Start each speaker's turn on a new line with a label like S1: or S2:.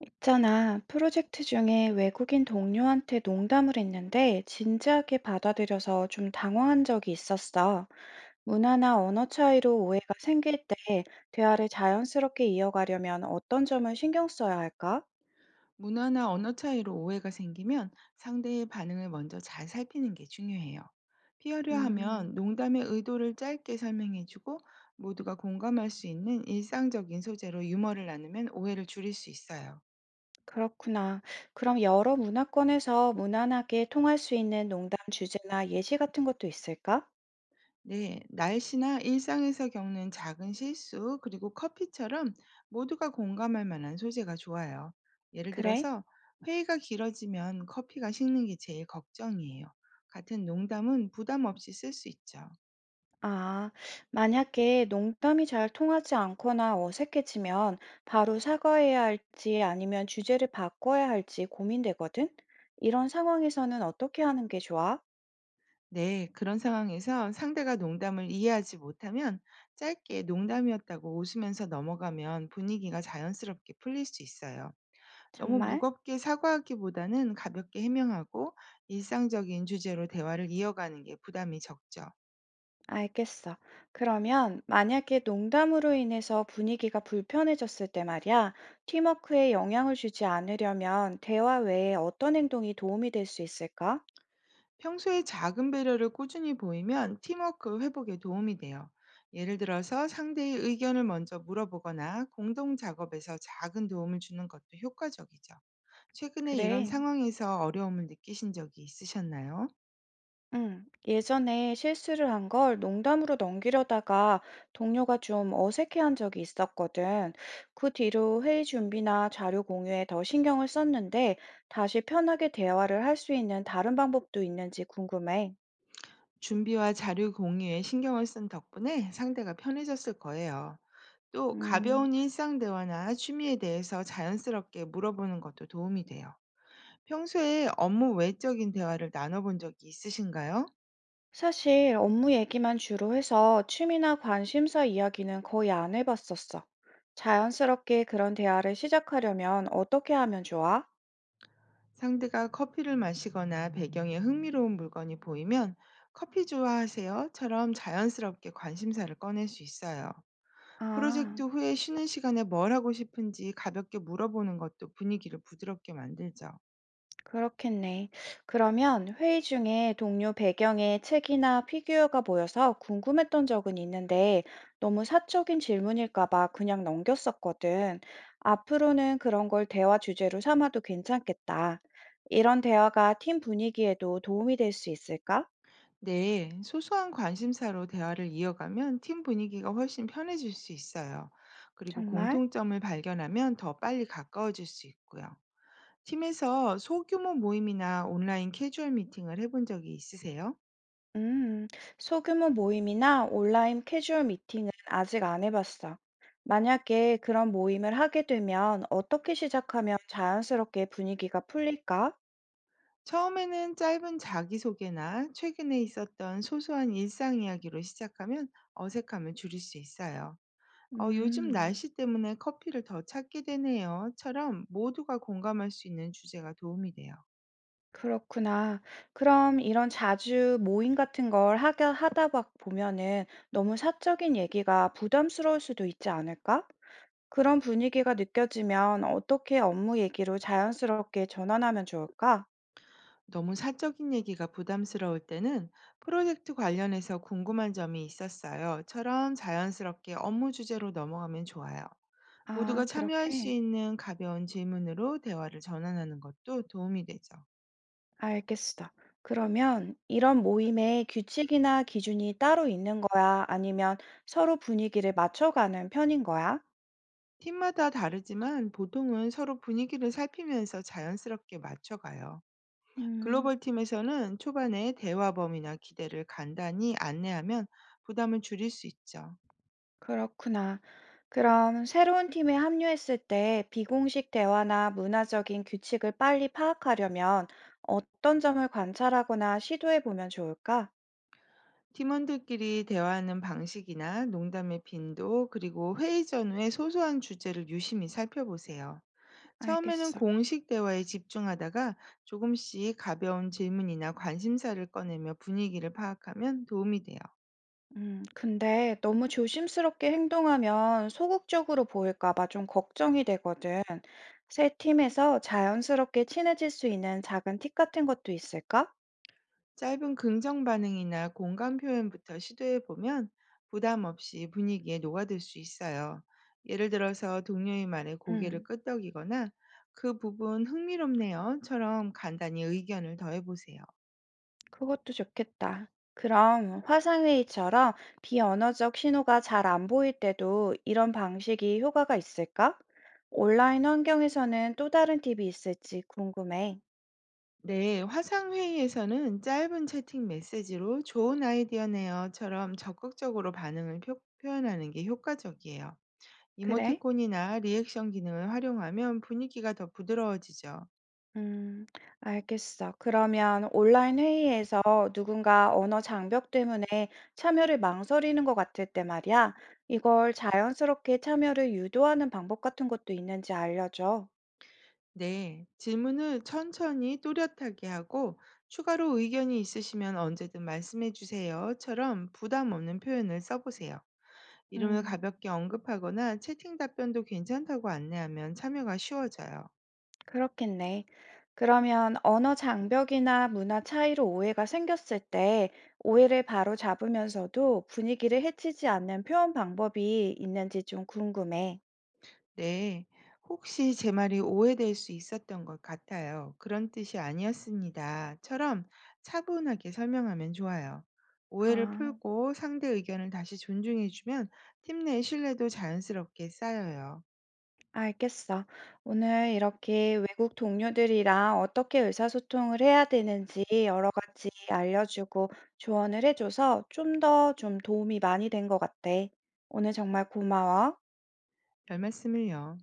S1: 있잖아, 프로젝트 중에 외국인 동료한테 농담을 했는데 진지하게 받아들여서 좀 당황한 적이 있었어. 문화나 언어 차이로 오해가 생길 때 대화를 자연스럽게 이어가려면 어떤 점을 신경 써야 할까?
S2: 문화나 언어 차이로 오해가 생기면 상대의 반응을 먼저 잘 살피는 게 중요해요. 피하려
S1: 음,
S2: 하면 농담의 의도를 짧게 설명해주고 모두가 공감할 수 있는 일상적인 소재로 유머를 나누면 오해를 줄일 수 있어요.
S1: 그렇구나. 그럼 여러 문화권에서 무난하게 통할 수 있는 농담 주제나 예시 같은 것도 있을까?
S2: 네, 날씨나 일상에서 겪는 작은 실수, 그리고 커피처럼 모두가 공감할 만한 소재가 좋아요. 예를
S1: 그래.
S2: 들어서 회의가 길어지면 커피가 식는 게 제일 걱정이에요. 같은 농담은 부담 없이 쓸 수 있죠.
S1: 아, 만약에 농담이 잘 통하지 않거나 어색해지면 바로 사과해야 할지 아니면 주제를 바꿔야 할지 고민되거든? 이런 상황에서는 어떻게 하는 게 좋아?
S2: 네, 그런 상황에서 상대가 농담을 이해하지 못하면 짧게 농담이었다고 웃으면서 넘어가면 분위기가 자연스럽게 풀릴 수 있어요. 너무
S1: 정말?
S2: 무겁게 사과하기보다는 가볍게 해명하고 일상적인 주제로 대화를 이어가는 게 부담이 적죠.
S1: 알겠어. 그러면 만약에 농담으로 인해서 분위기가 불편해졌을 때 말이야, 팀워크에 영향을 주지 않으려면 대화 외에 어떤 행동이 도움이 될 수 있을까?
S2: 평소에 작은 배려를 꾸준히 보이면 팀워크 회복에 도움이 돼요. 예를 들어서 상대의 의견을 먼저 물어보거나 공동 작업에서 작은 도움을 주는 것도 효과적이죠. 최근에 이런
S1: 그래.
S2: 상황에서 어려움을 느끼신 적이 있으셨나요?
S1: 예전에 실수를 한 걸 농담으로 넘기려다가 동료가 좀 어색해한 적이 있었거든. 그 뒤로 회의 준비나 자료 공유에 더 신경을 썼는데 다시 편하게 대화를 할 수 있는 다른 방법도 있는지 궁금해.
S2: 준비와 자료 공유에 신경을 쓴 덕분에 상대가 편해졌을 거예요. 또
S1: 음,
S2: 가벼운 일상 대화나 취미에 대해서 자연스럽게 물어보는 것도 도움이 돼요. 평소에 업무 외적인 대화를 나눠본 적이 있으신가요?
S1: 사실 업무 얘기만 주로 해서 취미나 관심사 이야기는 거의 안 해봤었어. 자연스럽게 그런 대화를 시작하려면 어떻게 하면 좋아?
S2: 상대가 커피를 마시거나 배경에 흥미로운 물건이 보이면 커피 좋아하세요?처럼 자연스럽게 관심사를 꺼낼 수 있어요.
S1: 아.
S2: 프로젝트 후에 쉬는 시간에 뭘 하고 싶은지 가볍게 물어보는 것도 분위기를 부드럽게 만들죠.
S1: 그렇겠네. 그러면 회의 중에 동료 배경에 책이나 피규어가 보여서 궁금했던 적은 있는데 너무 사적인 질문일까 봐 그냥 넘겼었거든. 앞으로는 그런 걸 대화 주제로 삼아도 괜찮겠다. 이런 대화가 팀 분위기에도 도움이 될 수 있을까?
S2: 네, 소소한 관심사로 대화를 이어가면 팀 분위기가 훨씬 편해질 수 있어요. 그리고
S1: 정말?
S2: 공통점을 발견하면 더 빨리 가까워질 수 있고요. 팀에서 소규모 모임이나 온라인 캐주얼 미팅을 해본 적이 있으세요?
S1: 음, 소규모 모임이나 온라인 캐주얼 미팅은 아직 안 해봤어. 만약에 그런 모임을 하게 되면 어떻게 시작하면 자연스럽게 분위기가 풀릴까?
S2: 처음에는 짧은 자기소개나 최근에 있었던 소소한 일상 이야기로 시작하면 어색함을 줄일 수 있어요. 요즘
S1: 음,
S2: 날씨 때문에 커피를 더 찾게 되네요.처럼 모두가 공감할 수 있는 주제가 도움이 돼요.
S1: 그렇구나. 그럼 이런 자주 모임 같은 걸 하게 하다 막 보면은 너무 사적인 얘기가 부담스러울 수도 있지 않을까? 그런 분위기가 느껴지면 어떻게 업무 얘기로 자연스럽게 전환하면 좋을까?
S2: 너무 사적인 얘기가 부담스러울 때는 프로젝트 관련해서 궁금한 점이 있었어요.처럼 자연스럽게 업무 주제로 넘어가면 좋아요. 모두가
S1: 아,
S2: 참여할 수
S1: 그렇게.
S2: 있는 가벼운 질문으로 대화를 전환하는 것도 도움이 되죠.
S1: 알겠어. 그러면 이런 모임에 규칙이나 기준이 따로 있는 거야? 아니면 서로 분위기를 맞춰가는 편인 거야?
S2: 팀마다 다르지만 보통은 서로 분위기를 살피면서 자연스럽게 맞춰가요.
S1: 음,
S2: 글로벌 팀에서는 초반에 대화 범위나 기대를 간단히 안내하면 부담을 줄일 수 있죠.
S1: 그렇구나. 그럼 새로운 팀에 합류했을 때 비공식 대화나 문화적인 규칙을 빨리 파악하려면 어떤 점을 관찰하거나 시도해 보면 좋을까?
S2: 팀원들끼리 대화하는 방식이나 농담의 빈도, 그리고 회의 전후의 소소한 주제를 유심히 살펴보세요. 처음에는
S1: 알겠어.
S2: 공식 대화에 집중하다가 조금씩 가벼운 질문이나 관심사를 꺼내며 분위기를 파악하면 도움이 돼요.
S1: 근데 너무 조심스럽게 행동하면 소극적으로 보일까 봐 좀 걱정이 되거든. 새 팀에서 자연스럽게 친해질 수 있는 작은 팁 같은 것도 있을까?
S2: 짧은 긍정 반응이나 공감 표현부터 시도해 보면 부담 없이 분위기에 녹아들 수 있어요. 예를 들어서 동료의 말에 고개를
S1: 음,
S2: 끄덕이거나 그 부분 흥미롭네요처럼 간단히 의견을 더해 보세요.
S1: 그것도 좋겠다. 그럼 화상회의처럼 비언어적 신호가 잘 안 보일 때도 이런 방식이 효과가 있을까? 온라인 환경에서는 또 다른 팁이 있을지 궁금해.
S2: 네, 화상 회의에서는 짧은 채팅 메시지로 좋은 아이디어네요처럼 적극적으로 반응을 표, 현하는게 효과적이에요.
S1: 그래?
S2: 이모티콘이나 리액션 기능을 활용하면 분위기가 더 부드러워지죠.
S1: 음, 알겠어. 그러면 온라인 회의에서 누군가 언어 장벽 때문에 참여를 망설이는 것 같을 때 말이야, 이걸 자연스럽게 참여를 유도하는 방법 같은 것도 있는지 알려줘.
S2: 네, 질문을 천천히 또렷하게 하고 추가로 의견이 있으시면 언제든 말씀해 주세요.처럼 부담 없는 표현을 써보세요. 이름을
S1: 음,
S2: 가볍게 언급하거나 채팅 답변도 괜찮다고 안내하면 참여가 쉬워져요.
S1: 그렇겠네. 그러면 언어 장벽이나 문화 차이로 오해가 생겼을 때 오해를 바로 잡으면서도 분위기를 해치지 않는 표현 방법이 있는지 좀 궁금해.
S2: 네, 혹시 제 말이 오해될 수 있었던 것 같아요. 그런 뜻이 아니었습니다.처럼 차분하게 설명하면 좋아요. 오해를
S1: 아.
S2: 풀고 상대 의견을 다시 존중해주면 팀 내 신뢰도 자연스럽게 쌓여요.
S1: 알겠어. 오늘 이렇게 외국 동료들이랑 어떻게 의사소통을 해야 되는지 여러 가지 알려주고 조언을 해줘서 좀 더 도움이 많이 된 것 같아. 오늘 정말 고마워.
S2: 별말씀을요.